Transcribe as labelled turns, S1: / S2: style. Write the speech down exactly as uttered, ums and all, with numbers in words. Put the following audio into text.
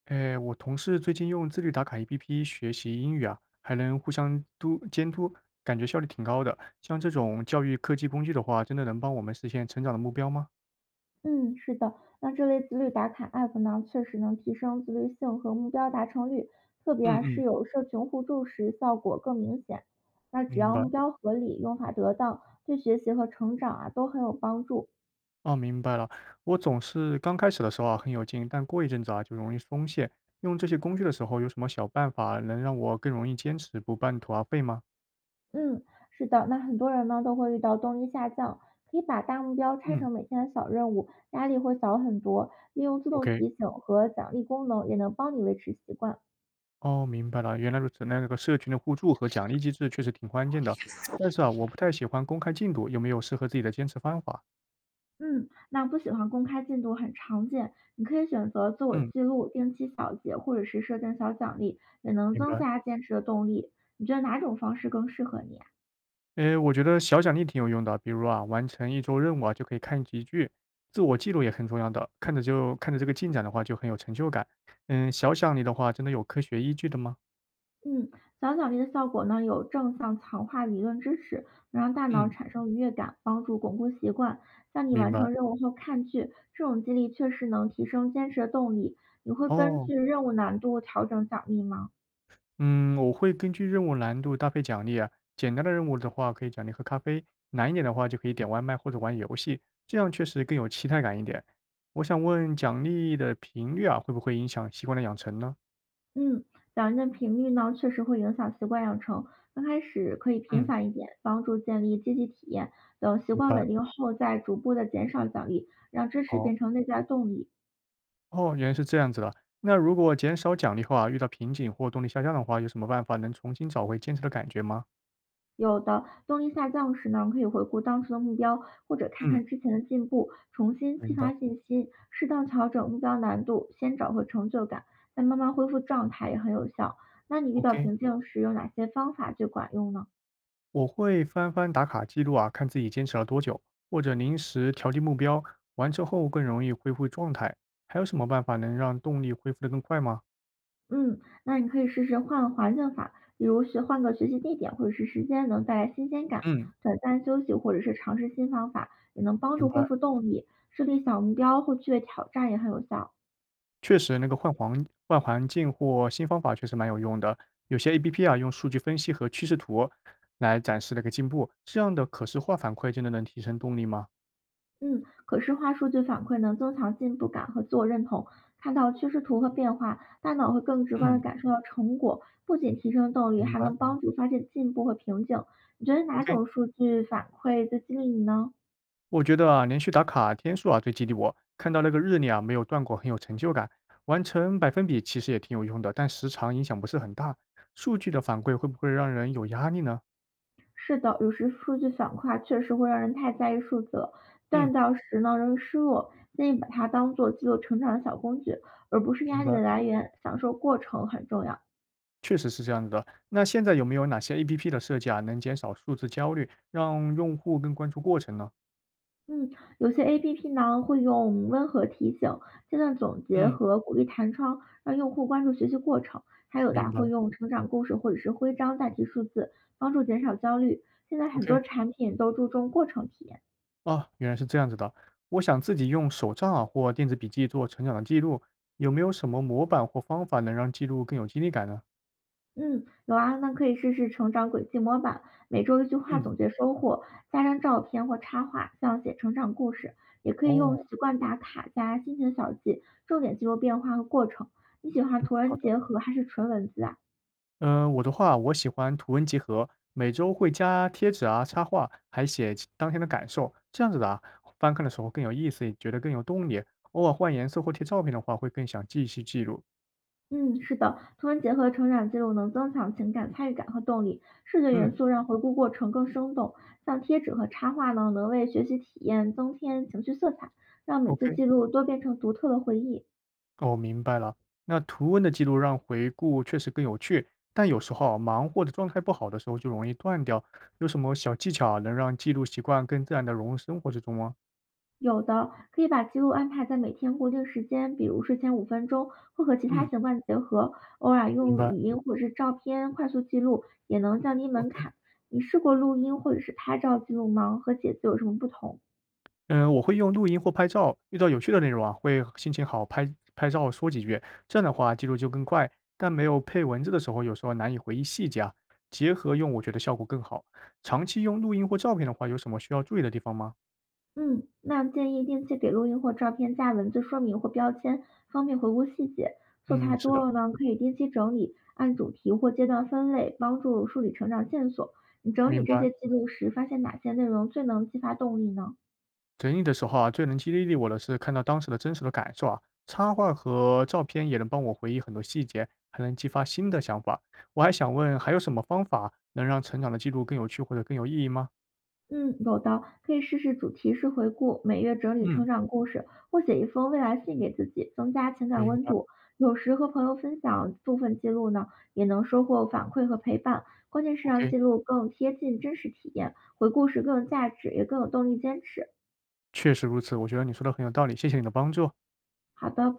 S1: 诶，我同事最近用自律打卡 A P P 学习英语啊，还能互相督监督，感觉效率挺高的。像这种教育科技工具的话，真的能帮我们实现成长的目标吗？
S2: 嗯，是的，那这类自律打卡 app 呢，确实能提升自律性和目标达成率，特别
S1: 嗯
S2: 啊是
S1: 嗯，
S2: 有社群互助时效果更明显。那只
S1: 明
S2: 要
S1: 白，
S2: 目标合理，用法得当，对学习和成长啊都很有帮助。
S1: 哦，明白了。我总是刚开始的时候啊很有劲，但过一阵子啊就容易松懈。用这些工具的时候，有什么小办法能让我更容易坚持，不半途而废吗？
S2: 嗯，是的，那很多人呢都会遇到动力下降，可以把大目标拆
S1: 嗯
S2: 成每天的小任务，压力会小很多。利用自动
S1: ，OK。
S2: 提醒和奖励功能也能帮你维持习惯。
S1: 哦，明白了，原来如此。那个社群的互助和奖励机制确实挺关键的，但是啊，我不太喜欢公开进度，有没有适合自己的坚持方法？
S2: 嗯，那不喜欢公开进度很常见，你可以选择自我
S1: 嗯，
S2: 记录、定期小结，或者是设定小奖励，也能
S1: 明
S2: 增
S1: 白。
S2: 加坚持的动力。你觉得哪种方式更适合你啊？
S1: 诶，我觉得小奖励挺有用的，比如啊，完成一周任务啊，就可以看几句，自我记录也很重要的，看着就看着这个进展的话，就很有成就感。嗯，小奖励的话，真的有科学依据的吗？
S2: 嗯，小奖励的效果呢，有正向强化理论支持，能让大脑
S1: 嗯，
S2: 产生愉悦感，帮助巩固习惯。像你
S1: 明
S2: 完成
S1: 白。
S2: 任务后看剧，这种激励确实能提升坚持的动力。你会根
S1: 哦。
S2: 据任务难度调整奖励吗？
S1: 嗯，我会根据任务难度搭配奖励啊。简单的任务的话，可以奖励喝咖啡；难一点的话，就可以点外卖或者玩游戏，这样确实更有期待感一点。我想问，奖励的频率啊，会不会影响习惯的养成呢？
S2: 嗯，奖励的频率呢，确实会影响习惯养成。刚开始可以频
S1: 嗯，
S2: 繁一点，帮助建立积极体验。等习
S1: 明
S2: 惯
S1: 白。
S2: 稳定后，再逐步的减少奖励，让支持变
S1: 好，
S2: 成内在动力。
S1: 哦，原来是这样子的。那如果减少奖励后啊，遇到瓶颈或动力下降的话，有什么办法能重新找回坚持的感觉吗？
S2: 有的动力下降时呢，可以回顾当初的目标，或者看
S1: 嗯，
S2: 看之前的进步，重新激
S1: 明白。
S2: 发信心，适当调整目标难度，先找回成就感，再慢慢恢复状态也很有效。那你遇到
S1: OK。
S2: 瓶颈时，有哪些方法最管用呢？
S1: 我会翻翻打卡记录啊，看自己坚持了多久，或者临时调低目标，完成后更容易恢复状态。还有什么办法能让动力恢复得更快吗？
S2: 嗯，那你可以试试换环境法，比如学换个学习地点或者是时间，能带来新鲜感；
S1: 嗯，
S2: 短暂休息或者是尝试新方法，也能帮
S1: 明
S2: 助恢
S1: 白，
S2: 复动力。设立小目标或趣味挑战也很有效。
S1: 确实那个换环换环境或新方法确实蛮有用的。有些 A P P 啊，用数据分析和趋势图来展示那个进步，这样的可视化反馈真的能提升动力吗？
S2: 嗯，可视化数据反馈能增强进步感和自我认同，看到趋势图和变化，大脑会更直观的
S1: 嗯，
S2: 感受到成果，不仅提升动力，
S1: 明
S2: 还
S1: 白
S2: 能帮助发现进步和瓶颈。你觉得哪
S1: ，OK。
S2: 种数据反馈最激励你呢？
S1: 我觉得啊，连续打卡天数啊最激励我。看到那个日历啊没有断过，很有成就感。完成百分比其实也挺有用的，但时长影响不是很大。数据的反馈会不会让人有压力呢？
S2: 是的，有时数据反馈啊确实会让人太在意数字了，
S1: 嗯，
S2: 但到时呢容易失落。建议把它当做记录成长的小工具，而不是
S1: 明
S2: 压力的
S1: 白，
S2: 来源。享受过程很重要。
S1: 确实是这样子的。那现在有没有哪些 A P P 的设计啊能减少数字焦虑，让用户更关注过程呢？
S2: 嗯，有些 A P P 呢会用温和提醒、阶段总结
S1: 嗯，
S2: 和鼓励弹窗，让用户关注学习过程。还有的
S1: 明
S2: 啊会
S1: 白。
S2: 用成长故事或者是徽章代替数字，帮助减少焦虑。现在很
S1: OK，
S2: 多产品都注重过程体验。
S1: 啊，原来是这样子的。我想自己用手账啊或电子笔记做成长的记录，有没有什么模板或方法能让记录更有激励感呢？
S2: 嗯，有啊，那可以试试成长轨迹模板，每周一句话
S1: 嗯，
S2: 总结收获，加张照片或插画，像写成长故事，也可以用
S1: 哦。
S2: 习惯打卡加心情小记，重点记录变化和过程。你喜欢图
S1: 好
S2: 文
S1: 的，
S2: 结合还是纯文字啊？
S1: 嗯，我的话，我喜欢图文结合，每周会加贴纸啊、插画，还写其当天的感受，这样子的啊，翻看的时候更有意思，也觉得更有动力。偶尔换颜色或贴照片的话，会更想继续记录。
S2: 嗯，是的，图文结合成长记录能增强情感参与感和动力，视觉
S1: 嗯
S2: 元素让回顾过程更生动，像贴纸和插画呢，能为学习体验增添情绪色彩，让每次
S1: ，OK，
S2: 记录都变成独特的回忆。
S1: 哦，明白了。那图文的记录让回顾确实更有趣，但有时候啊忙或者状态不好的时候就容易断掉。有什么小技巧啊能让记录习惯更自然的融入生活之中吗？
S2: 有的，可以把记录安排在每天固定时间，比如睡前五分钟，或和其他
S1: 嗯，
S2: 习惯结合，偶尔
S1: 明
S2: 用
S1: 白。
S2: 语音或者是照片快速记录，也能降低门
S1: OK。
S2: 槛。你试过录音或者是拍照记录吗？和写字有什么不同？
S1: 嗯，我会用录音或拍照，遇到有趣的内容啊，会心情好拍拍照说几句，这样的话记录就更快。但没有配文字的时候，有时候难以回忆细节啊，结合用我觉得效果更好。长期用录音或照片的话，有什么需要注意的地方吗？
S2: 嗯，那建议定期给录音或照片加文字说明或标签，方便回顾细节。素
S1: 嗯，
S2: 材
S1: 是
S2: 多
S1: 的，
S2: 了呢，可以定期整理，按主题或阶段分类，帮助梳理成长线索。你整理
S1: 明
S2: 这
S1: 白。
S2: 些记录时，发现哪些内容最能激发动力呢？
S1: 整理的时候啊，最能激励我的是看到当时的真实的感受啊，插画和照片也能帮我回忆很多细节，还能激发新的想法。我还想问，还有什么方法能让成长的记录更有趣或者更有意义吗？
S2: 嗯，有的，可以试试主题式回顾，每月整理
S1: 嗯，
S2: 成长故事，或写一封未来信给自己，增加情感
S1: 明
S2: 温
S1: 白。
S2: 度。有时和朋友分享部分记录呢，也能收获反馈和陪伴。关键是让
S1: OK。
S2: 记录更贴近真实体验，回顾时更有价值，也更有动力坚持。
S1: 确实如此，我觉得你说的很有道理，谢谢你的帮助。
S2: 好的，